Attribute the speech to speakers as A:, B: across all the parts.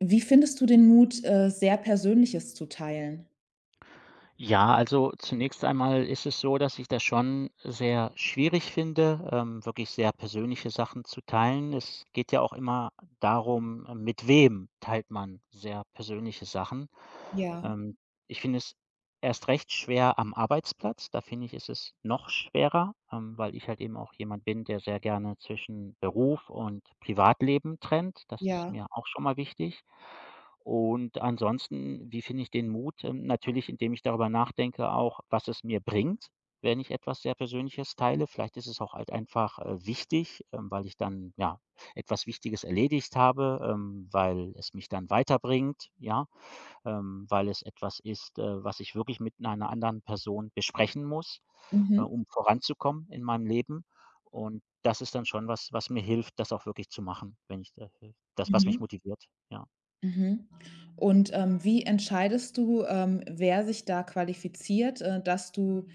A: Wie findest du den Mut, sehr Persönliches zu teilen?
B: Ja, also zunächst einmal ist es so, dass ich das schon sehr schwierig finde, wirklich sehr persönliche Sachen zu teilen. Es geht ja auch immer darum, mit wem teilt man sehr persönliche Sachen.
A: Ja,
B: Ähm, ich finde es erst recht schwer am Arbeitsplatz. Da finde ich, ist es noch schwerer, weil ich halt eben auch jemand bin, der sehr gerne zwischen Beruf und Privatleben trennt. Das ist
A: ja.
B: mir auch schon mal wichtig. Und ansonsten, wie finde ich den Mut? Natürlich, indem ich darüber nachdenke auch, was es mir bringt, wenn ich etwas sehr Persönliches teile. Vielleicht ist es auch halt einfach, wichtig, weil ich dann, ja, etwas Wichtiges erledigt habe, weil es mich dann weiterbringt, ja, weil es etwas ist, was ich wirklich mit einer anderen Person besprechen muss,
A: Mhm,
B: um voranzukommen in meinem Leben. Und das ist dann schon was, was mir hilft, das auch wirklich zu machen, wenn ich da das was
A: mhm,
B: mich motiviert, ja.
A: mhm. Und, wie entscheidest du, wer sich da qualifiziert, dass du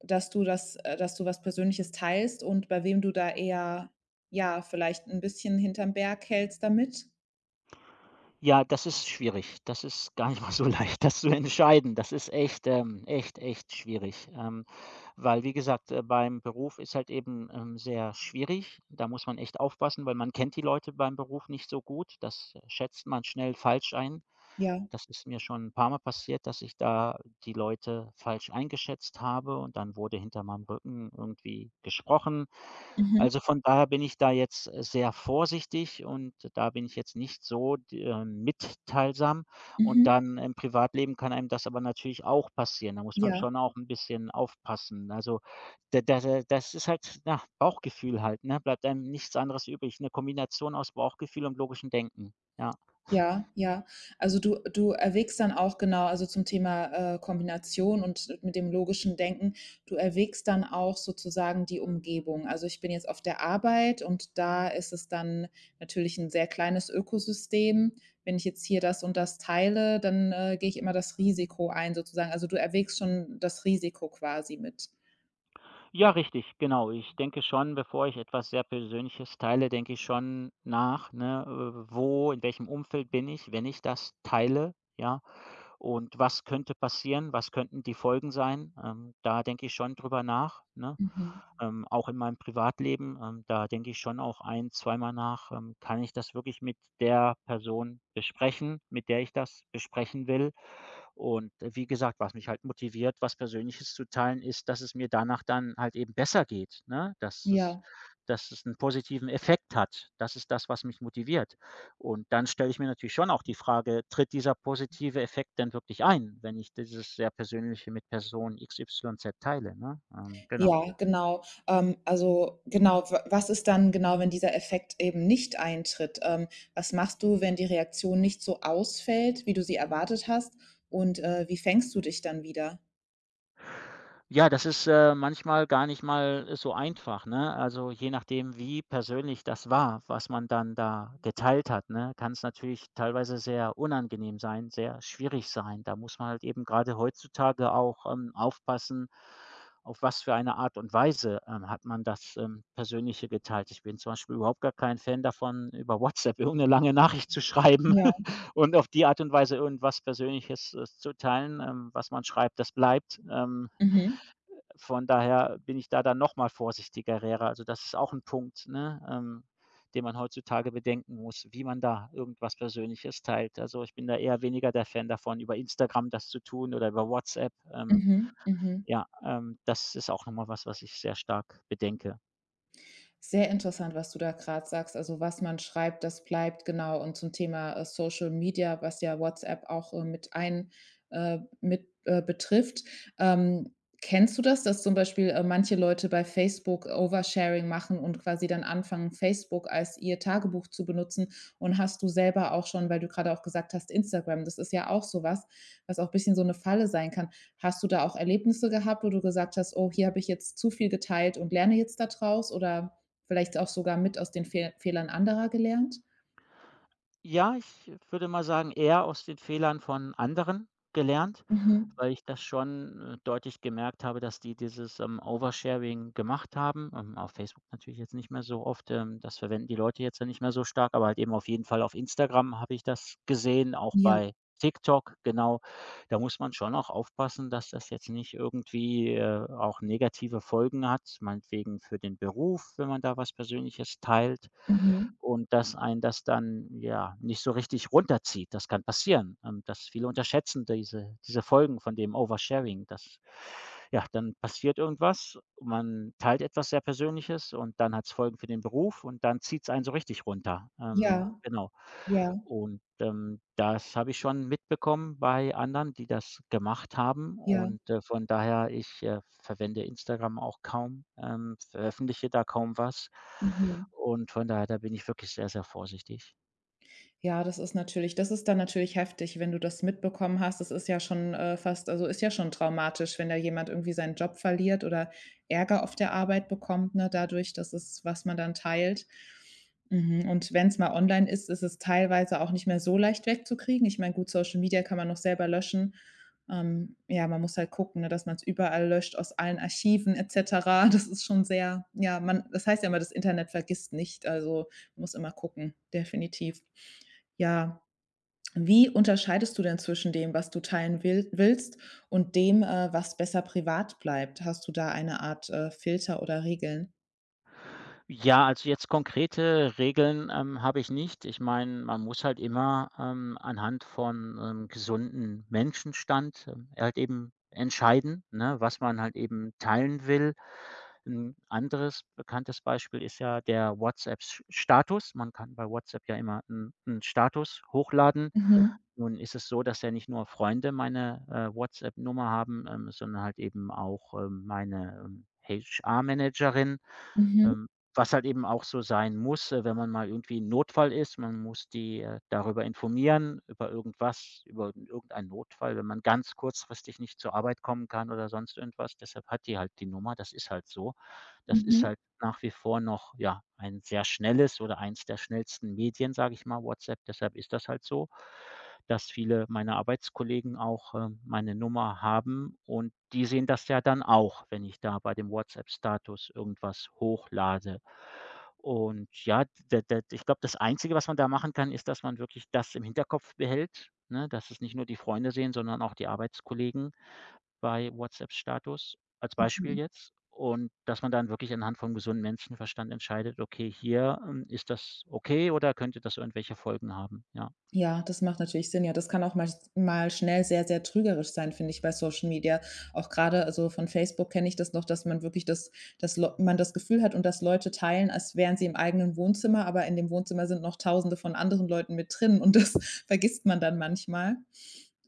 A: dass du was Persönliches teilst und bei wem du da eher, ja, vielleicht ein bisschen hinterm Berg hältst damit?
B: Ja, das ist schwierig. Das ist gar nicht mal so leicht, das zu entscheiden. Das ist echt, echt schwierig. Weil, wie gesagt, beim Beruf ist halt eben, sehr schwierig. Da muss man echt aufpassen, weil man kennt die Leute beim Beruf nicht so gut. Das schätzt man schnell falsch ein.
A: Ja.
B: Das ist mir schon ein paar Mal passiert, dass ich da die Leute falsch eingeschätzt habe und dann wurde hinter meinem Rücken irgendwie gesprochen.
A: Mhm,
B: Also, von daher bin ich da jetzt sehr vorsichtig und da bin ich jetzt nicht so d mitteilsam, und
A: mhm,
B: dann im Privatleben kann einem das aber natürlich auch passieren. Da muss man
A: ja.
B: schon auch ein bisschen aufpassen. Also, da da da das ist halt, na, Bauchgefühl halt, ne? Bleibt einem nichts anderes übrig. Eine Kombination aus Bauchgefühl und logischem Denken, ja.
A: Ja, ja. Also, du erwägst dann auch genau, also zum Thema, Kombination und mit dem logischen Denken, du erwägst dann auch sozusagen die Umgebung. Also, ich bin jetzt auf der Arbeit und da ist es dann natürlich ein sehr kleines Ökosystem. Wenn ich jetzt hier das und das teile, dann, gehe ich immer das Risiko ein sozusagen. Also, du erwägst schon das Risiko quasi mit.
B: Ja, richtig, genau. Ich denke schon, bevor ich etwas sehr Persönliches teile, denke ich schon nach, ne, wo, in welchem Umfeld bin ich, wenn ich das teile, ja? Und was könnte passieren? Was könnten die Folgen sein? Da denke ich schon drüber nach, ne?
A: Mhm.
B: Auch in meinem Privatleben, da denke ich schon auch ein zweimal nach, kann ich das wirklich mit der Person besprechen, mit der ich das besprechen will? Und wie gesagt, was mich halt motiviert, was Persönliches zu teilen, ist, dass es mir danach dann halt eben besser geht, ne? Dass es
A: Ja.
B: dass es einen positiven Effekt hat. Das ist das, was mich motiviert. Und dann stelle ich mir natürlich schon auch die Frage: „Tritt dieser positive Effekt denn wirklich ein, wenn ich dieses sehr Persönliche mit Person XY teile“, ne? Genau.
A: Ja, genau. Also genau, w was ist dann genau, wenn dieser Effekt eben nicht eintritt? Was machst du, wenn die Reaktion nicht so ausfällt, wie du sie erwartet hast? Und, wie fängst du dich dann wieder?
B: Ja, das ist, manchmal gar nicht mal so einfach, ne? Also, je nachdem, wie persönlich das war, was man dann da geteilt hat, ne, kann es natürlich teilweise sehr unangenehm sein, sehr schwierig sein. Da muss man halt eben gerade heutzutage auch, aufpassen, auf was für eine Art und Weise, hat man das, Persönliche geteilt. Ich bin zum Beispiel überhaupt gar kein Fan davon, über WhatsApp irgend 'ne lange Nachricht zu schreiben
A: Ja.
B: und auf die Art und Weise irgendwas Persönliches, zu teilen. Was man schreibt, das bleibt. Ähm,
A: Mhm.
B: von daher bin ich da dann noch mal vorsichtiger Lehrer. Also, das ist auch ein Punkt, ne, den man heutzutage bedenken muss, wie man da irgendwas Persönliches teilt. Also, ich bin da eher weniger der Fan davon, über Instagram das zu tun oder über WhatsApp.
A: Mhm. Mhm.
B: Ja, das ist auch noch mal was, was ich sehr stark bedenke.
A: Sehr interessant, was du da gerade sagst. Also, was man schreibt, das bleibt, genau. Und zum Thema, Social Media, was ja WhatsApp auch, mit ein betrifft. Ähm, Kennst du das, dass zum Beispiel, manche Leute bei Facebook Oversharing machen und quasi dann anfangen, Facebook als ihr Tagebuch zu benutzen? Und hast du selber auch schon, weil du gerade auch gesagt hast, Instagram, das ist ja auch sowas, was auch ein bisschen so eine Falle sein kann. Hast du da auch Erlebnisse gehabt, wo du gesagt hast: „Oh, hier habe ich jetzt zu viel geteilt und lerne jetzt da draus“, oder vielleicht auch sogar mit aus den Fehlern anderer gelernt?
B: Ja, ich würde mal sagen, eher aus den Fehlern von anderen gelernt,
A: Mhm.
B: weil ich das schon, deutlich gemerkt habe, dass die dieses, Oversharing gemacht haben. Auf Facebook natürlich jetzt nicht mehr so oft, das verwenden die Leute jetzt ja nicht mehr so stark, aber halt eben auf jeden Fall auf Instagram habe ich das gesehen, auch
A: Ja,
B: bei TikTok, genau. Da muss man schon auch aufpassen, dass das jetzt nicht irgendwie, auch negative Folgen hat, meinetwegen für den Beruf, wenn man da was Persönliches teilt
A: mhm.
B: und dass einen das dann, ja, nicht so richtig runterzieht. Das kann passieren, dass viele unterschätzen diese Folgen von dem Oversharing, dass, ja, dann passiert irgendwas, man teilt etwas sehr Persönliches und dann hat es Folgen für den Beruf und dann zieht es einen so richtig runter.
A: Ja,
B: Genau.
A: ja,
B: Und, das habe ich schon mitbekommen bei anderen, die das gemacht haben,
A: ja,
B: und, von daher, ich, verwende Instagram auch kaum, veröffentliche da kaum was,
A: mhm.
B: und von daher, da bin ich wirklich sehr, sehr vorsichtig.
A: Ja, das ist natürlich das ist dann natürlich heftig, wenn du das mitbekommen hast. Das ist ja schon, fast ist ja schon traumatisch, wenn da jemand irgendwie seinen Job verliert oder Ärger auf der Arbeit bekommt, ne, dadurch, dass es was man dann teilt. Mhm, und wenn es mal online ist, ist es teilweise auch nicht mehr so leicht wegzukriegen. Ich meine, gut, Social Media kann man noch selber löschen. Ja, man muss halt gucken, ne, dass man es überall löscht, aus allen Archiven et cetera. Das ist schon sehr, ja, man das heißt ja immer, das Internet vergisst nicht. Also, man muss immer gucken, definitiv. Ja, wie unterscheidest du denn zwischen dem, was du teilen willst und dem, was besser privat bleibt? Hast du da eine Art, Filter oder Regeln?
B: Ja, also jetzt konkrete Regeln, habe ich nicht. Ich meine, man muss halt immer, anhand von 'nem gesunden Menschenstand, halt eben entscheiden, ne, was man halt eben teilen will. Ein anderes bekanntes Beispiel ist ja der WhatsApp Status. Man kann bei WhatsApp ja immer einen Status hochladen.
A: Mhm.
B: Nun ist es so, dass ja nicht nur Freunde meine, WhatsApp-Nummer haben, sondern halt eben auch, meine, HR-Managerin.
A: Mhm.
B: Ähm, was halt eben auch so sein muss, wenn man mal irgendwie im Notfall ist. Man muss die, darüber informieren, über irgendwas, über irgendeinen Notfall, wenn man ganz kurzfristig nicht zur Arbeit kommen kann oder sonst irgendwas. Deshalb hat die halt die Nummer. Das ist halt so. Das ist
A: Mhm.
B: halt nach wie vor noch, ja, ein sehr schnelles oder eins der schnellsten Medien, sage ich mal, WhatsApp. Deshalb ist das halt so, dass viele meiner Arbeitskollegen auch, meine Nummer haben und die sehen das ja dann auch, wenn ich da bei dem WhatsApp-Status irgendwas hochlade. Und ja, d d ich glaube, das Einzige, was man da machen kann, ist, dass man wirklich das im Hinterkopf behält, ne, dass es nicht nur die Freunde sehen, sondern auch die Arbeitskollegen bei WhatsApp-Status als Beispiel
A: Mhm.
B: jetzt. Und dass man dann wirklich anhand von gesundem Menschenverstand entscheidet: „Okay, hier, ist das okay oder könnte das irgendwelche Folgen haben?“ Ja.
A: Ja, das macht natürlich Sinn. Ja, das kann auch mal schnell sehr, sehr trügerisch sein, finde ich, bei Social Media. Auch gerade, also von Facebook kenne ich das noch, dass man wirklich dass Leu man das Gefühl hat und dass Leute teilen, als wären sie im eigenen Wohnzimmer, aber in dem Wohnzimmer sind noch Tausende von anderen Leuten mit drin und das vergisst man dann manchmal.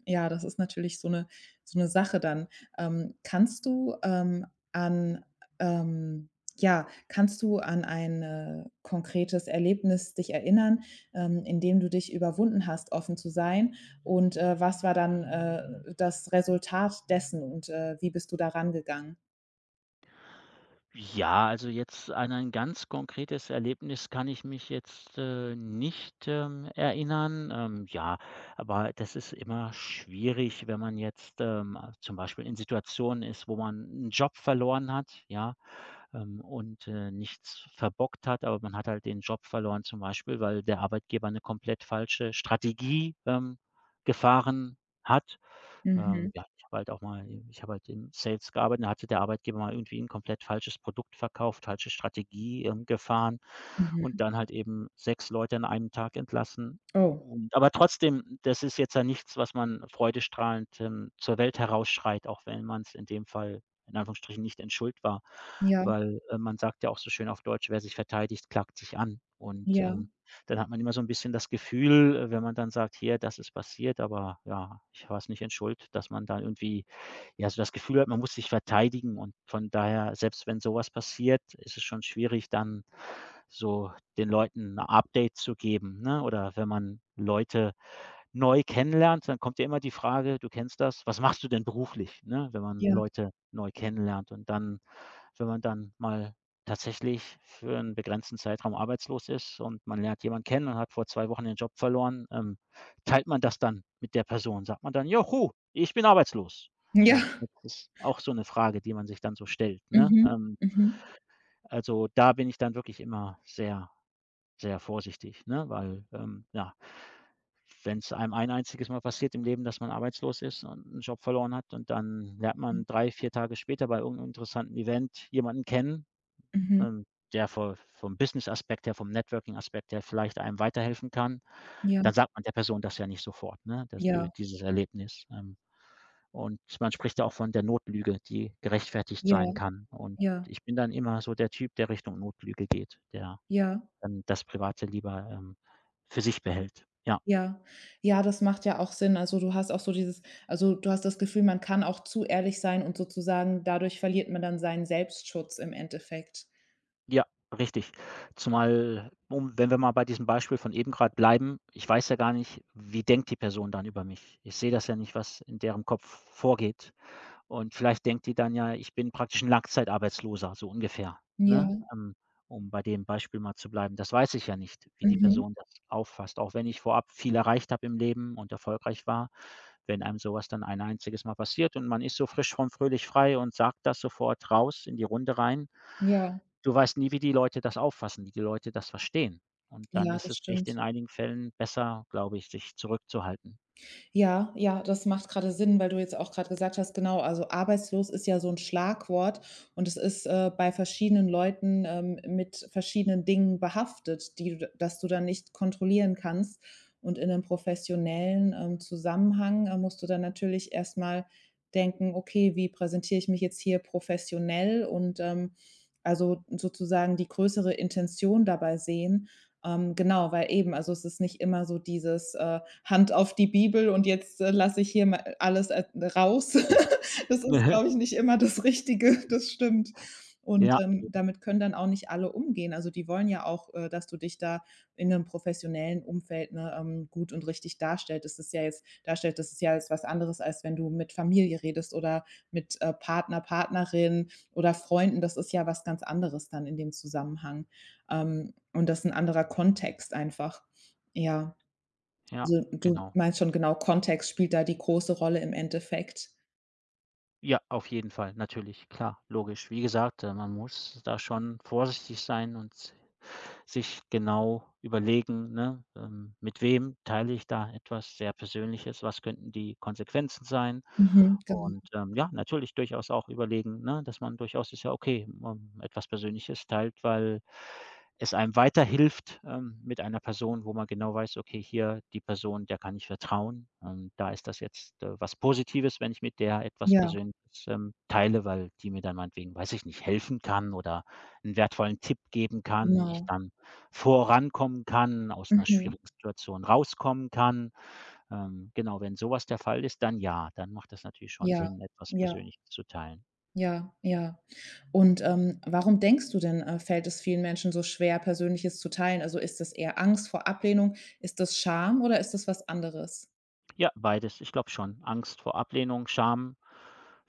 A: Ja, das ist natürlich so eine Sache dann. Kannst du, an ähm, ja, kannst du an ein, konkretes Erlebnis dich erinnern, in dem du dich überwunden hast, offen zu sein? Und, was war dann, das Resultat dessen und, wie bist du da rangegangen?
B: Ja, also jetzt an ein ganz konkretes Erlebnis kann ich mich jetzt, nicht, erinnern. Ja, aber das ist immer schwierig, wenn man jetzt, zum Beispiel in Situationen ist, wo man einen Job verloren hat, ja? Und, nichts verbockt hat, aber man hat halt den Job verloren, zum Beispiel, weil der Arbeitgeber eine komplett falsche Strategie, gefahren hat.
A: Mhm,
B: Ja, ich habe halt auch mal ich habe halt im Sales gearbeitet, da hatte der Arbeitgeber mal irgendwie ein komplett falsches Produkt verkauft, falsche Strategie, gefahren
A: mhm.
B: und dann halt eben 6 Leute an einem Tag entlassen.
A: Oh,
B: Und aber trotzdem, das ist jetzt ja nichts, was man freudestrahlend, zur Welt herausschreit, auch wenn man es in dem Fall in Anführungsstrichen nicht in Schuld war,
A: ja,
B: weil, man sagt ja auch so schön auf Deutsch: „Wer sich verteidigt, klagt sich an.“ Und,
A: ja,
B: ähm, dann hat man immer so ein bisschen das Gefühl, wenn man dann sagt: „Hier, das ist passiert, aber ja, ich war es nicht in Schuld“, dass man dann irgendwie, ja, so das Gefühl hat, man muss sich verteidigen, und von daher, selbst wenn sowas passiert, ist es schon schwierig, dann so den Leuten ein Update zu geben, ne? Oder wenn man Leute neu kennenlernt, dann kommt ja immer die Frage, du kennst das: „Was machst du denn beruflich?“, ne? Wenn man
A: ja,
B: Leute neu kennenlernt und dann wenn man dann mal tatsächlich für einen begrenzten Zeitraum arbeitslos ist und man lernt jemanden kennen und hat vor 2 Wochen den Job verloren, teilt man das dann mit der Person? Sagt man dann: „Juhu, ich bin arbeitslos.“
A: ja.
B: Ja, das ist auch so eine Frage, die man sich dann so stellt, ne?
A: Mhm, mhm,
B: Also, da bin ich dann wirklich immer sehr, sehr vorsichtig, ne, weil, ja, wenn es einem ein einziges Mal passiert im Leben, dass man arbeitslos ist und einen Job verloren hat und dann lernt man 3, 4 Tage später bei irgendeinem interessanten Event jemanden kennen,
A: mhm,
B: ähm, der vo vom Business-Aspekt her, vom Networking-Aspekt her vielleicht einem weiterhelfen kann,
A: ja,
B: dann sagt man der Person das ja nicht sofort, ne, das
A: ja,
B: dieses Erlebnis. Und man spricht ja auch von der Notlüge, die gerechtfertigt
A: ja,
B: sein kann. Und
A: ja,
B: ich bin dann immer so der Typ, der Richtung Notlüge geht, der
A: ja.
B: dann das Private lieber, für sich behält. Ja,
A: Ja. Ja, das macht ja auch Sinn. Also, du hast das Gefühl, man kann auch zu ehrlich sein und sozusagen dadurch verliert man dann seinen Selbstschutz im Endeffekt.
B: ja, richtig. Zumal, um wenn wir mal bei diesem Beispiel von eben gerade bleiben, ich weiß ja gar nicht, wie denkt die Person dann über mich? Ich sehe das ja nicht, was in deren Kopf vorgeht. Und vielleicht denkt die dann, ja, ich bin praktisch 'n Langzeitarbeitsloser, so ungefähr, ne?
A: Ja.
B: Um bei dem Beispiel mal zu bleiben. Das weiß ich ja nicht, wie die
A: Mhm.
B: Person das auffasst. Auch wenn ich vorab viel erreicht habe im Leben und erfolgreich war, wenn einem so was dann ein einziges Mal passiert und man ist so frisch von fröhlich frei und sagt das sofort raus in die Runde rein.
A: Ja.
B: Du weißt nie, wie die Leute das auffassen, wie die Leute das verstehen. Und dann
A: Ja,
B: ist
A: das
B: es echt in
A: stimmt.
B: einigen Fällen besser, glaube ich, sich zurückzuhalten.
A: Ja, ja, das macht gerade Sinn, weil du jetzt auch gerade gesagt hast, genau, also arbeitslos ist ja so ein Schlagwort und es ist, bei verschiedenen Leuten, mit verschiedenen Dingen behaftet, die du das du dann nicht kontrollieren kannst. Und in 'nem professionellen, Zusammenhang, musst du dann natürlich erst mal denken: „Okay, wie präsentiere ich mich jetzt hier professionell?“ Und, also sozusagen die größere Intention dabei sehen. Genau, weil eben, also es ist nicht immer so dieses, Hand auf die Bibel und jetzt, lasse ich hier mal alles a raus. Das ist, glaube ich, nicht immer das Richtige, das stimmt. Und,
B: Ja, eben.
A: damit können dann auch nicht alle umgehen. Also, die wollen ja auch, dass du dich da in einem professionellen Umfeld, ne, gut und richtig darstellst. Das ist ja jetzt was anderes, als wenn du mit Familie redest oder mit, Partner, Partnerin oder Freunden. Das ist ja was ganz anderes dann in dem Zusammenhang. Und das ist ein anderer Kontext einfach. Ja.
B: Ja,
A: Also, du
B: genau.
A: meinst schon, genau, Kontext spielt da die große Rolle im Endeffekt.
B: Ja, auf jeden Fall, natürlich, klar, logisch. Wie gesagt, man muss da schon vorsichtig sein und sich genau überlegen, ne, mit wem teile ich da etwas sehr Persönliches, was könnten die Konsequenzen sein?
A: Mhm. Genau.
B: Und, ja, natürlich durchaus auch überlegen, ne, dass man durchaus ist ja okay, etwas Persönliches teilt, weil es einem weiterhilft, mit einer Person, wo man genau weiß: „Okay, hier die Person, der kann ich vertrauen. Da ist das jetzt, was Positives, wenn ich mit der etwas
A: Ja.
B: Persönliches, teile, weil die mir dann meinetwegen, weiß ich nicht, helfen kann oder 'n wertvollen Tipp geben kann, ich
A: Genau.
B: dann vorankommen kann, aus 'ner
A: Mhm.
B: schwierigen Situation rauskommen kann. Genau, wenn so was der Fall ist, dann, ja, dann macht das natürlich schon
A: Ja,
B: Sinn, etwas
A: ja,
B: Persönliches zu teilen.
A: ja, ja. Und, warum denkst du denn, fällt es vielen Menschen so schwer, Persönliches zu teilen? Also, ist das eher Angst vor Ablehnung? Ist das Scham oder ist das was anderes?
B: Ja, beides. Ich glaube schon. Angst vor Ablehnung, Scham,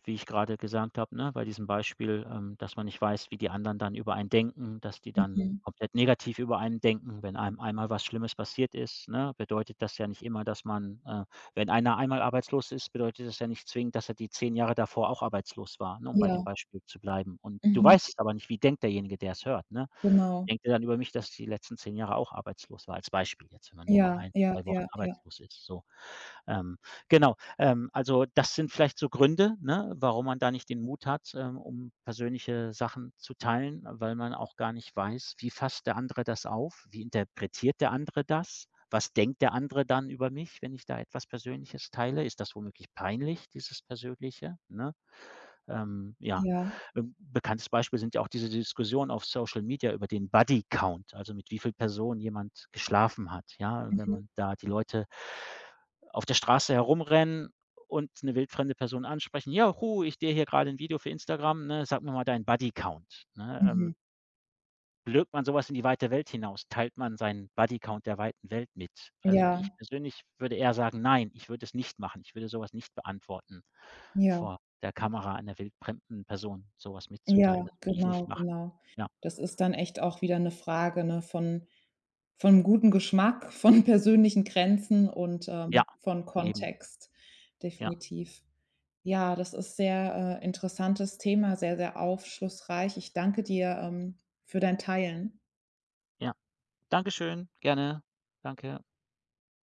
B: wie ich gerade gesagt habe, ne, bei diesem Beispiel, dass man nicht weiß, wie die anderen dann über einen denken, dass die
A: Mhm.
B: dann komplett negativ über einen denken, wenn einem einmal was Schlimmes passiert ist, ne, bedeutet das ja nicht immer, dass man wenn einer einmal arbeitslos ist, bedeutet das ja nicht zwingend, dass er die 10 Jahre davor auch arbeitslos war, ne, um bei dem
A: Ja.
B: Beispiel zu bleiben. Und du
A: Mhm.
B: weißt es aber nicht, wie denkt derjenige, der es hört, ne?
A: Genau.
B: Denkt er dann über mich, dass ich die letzten 10 Jahre auch arbeitslos war, als Beispiel jetzt, wenn man nur mal
A: Ja,
B: ein,
A: ja,
B: 2
A: ja,
B: Wochen
A: ja,
B: arbeitslos ist, so. Ähm, genau, also das sind vielleicht so Gründe, ne, warum man da nicht den Mut hat, um persönliche Sachen zu teilen, weil man auch gar nicht weiß, wie fasst der andere das auf? Wie interpretiert der andere das? Was denkt der andere dann über mich, wenn ich da etwas Persönliches teile? Ist das womöglich peinlich, dieses Persönliche? Ne? Ja,
A: ja.
B: bekanntes Beispiel sind ja auch diese Diskussionen auf Social Media über den Buddy Count, also mit wie viel Personen jemand geschlafen hat. Ja, wenn
A: Mhm.
B: man da die Leute auf der Straße herumrennen und eine wildfremde Person ansprechen: „Ja, hu, ich drehe hier gerade ein Video für Instagram, ne? Sag mir mal deinen Bodycount“, ne?
A: Mhm.
B: Blökt man sowas in die weite Welt hinaus? Teilt man seinen Buddy Count der weiten Welt mit? Also, ich
A: Ja,
B: persönlich würde eher sagen: „Nein, ich würde es nicht machen.“ Ich würde sowas nicht beantworten,
A: ja.
B: vor der Kamera einer wildfremden Person sowas mitzuteilen.
A: Ja,
B: Das würde ich nicht
A: genau,
B: machen.
A: genau.
B: Ja,
A: Das ist dann echt auch wieder 'ne Frage, ne, von gutem Geschmack, von persönlichen Grenzen und,
B: ja,
A: von
B: eben.
A: Kontext,
B: Ja,
A: definitiv. Ja, das ist sehr, interessantes Thema, sehr, sehr aufschlussreich. Ich danke dir, für dein Teilen.
B: ja. Dankeschön, gerne. Danke.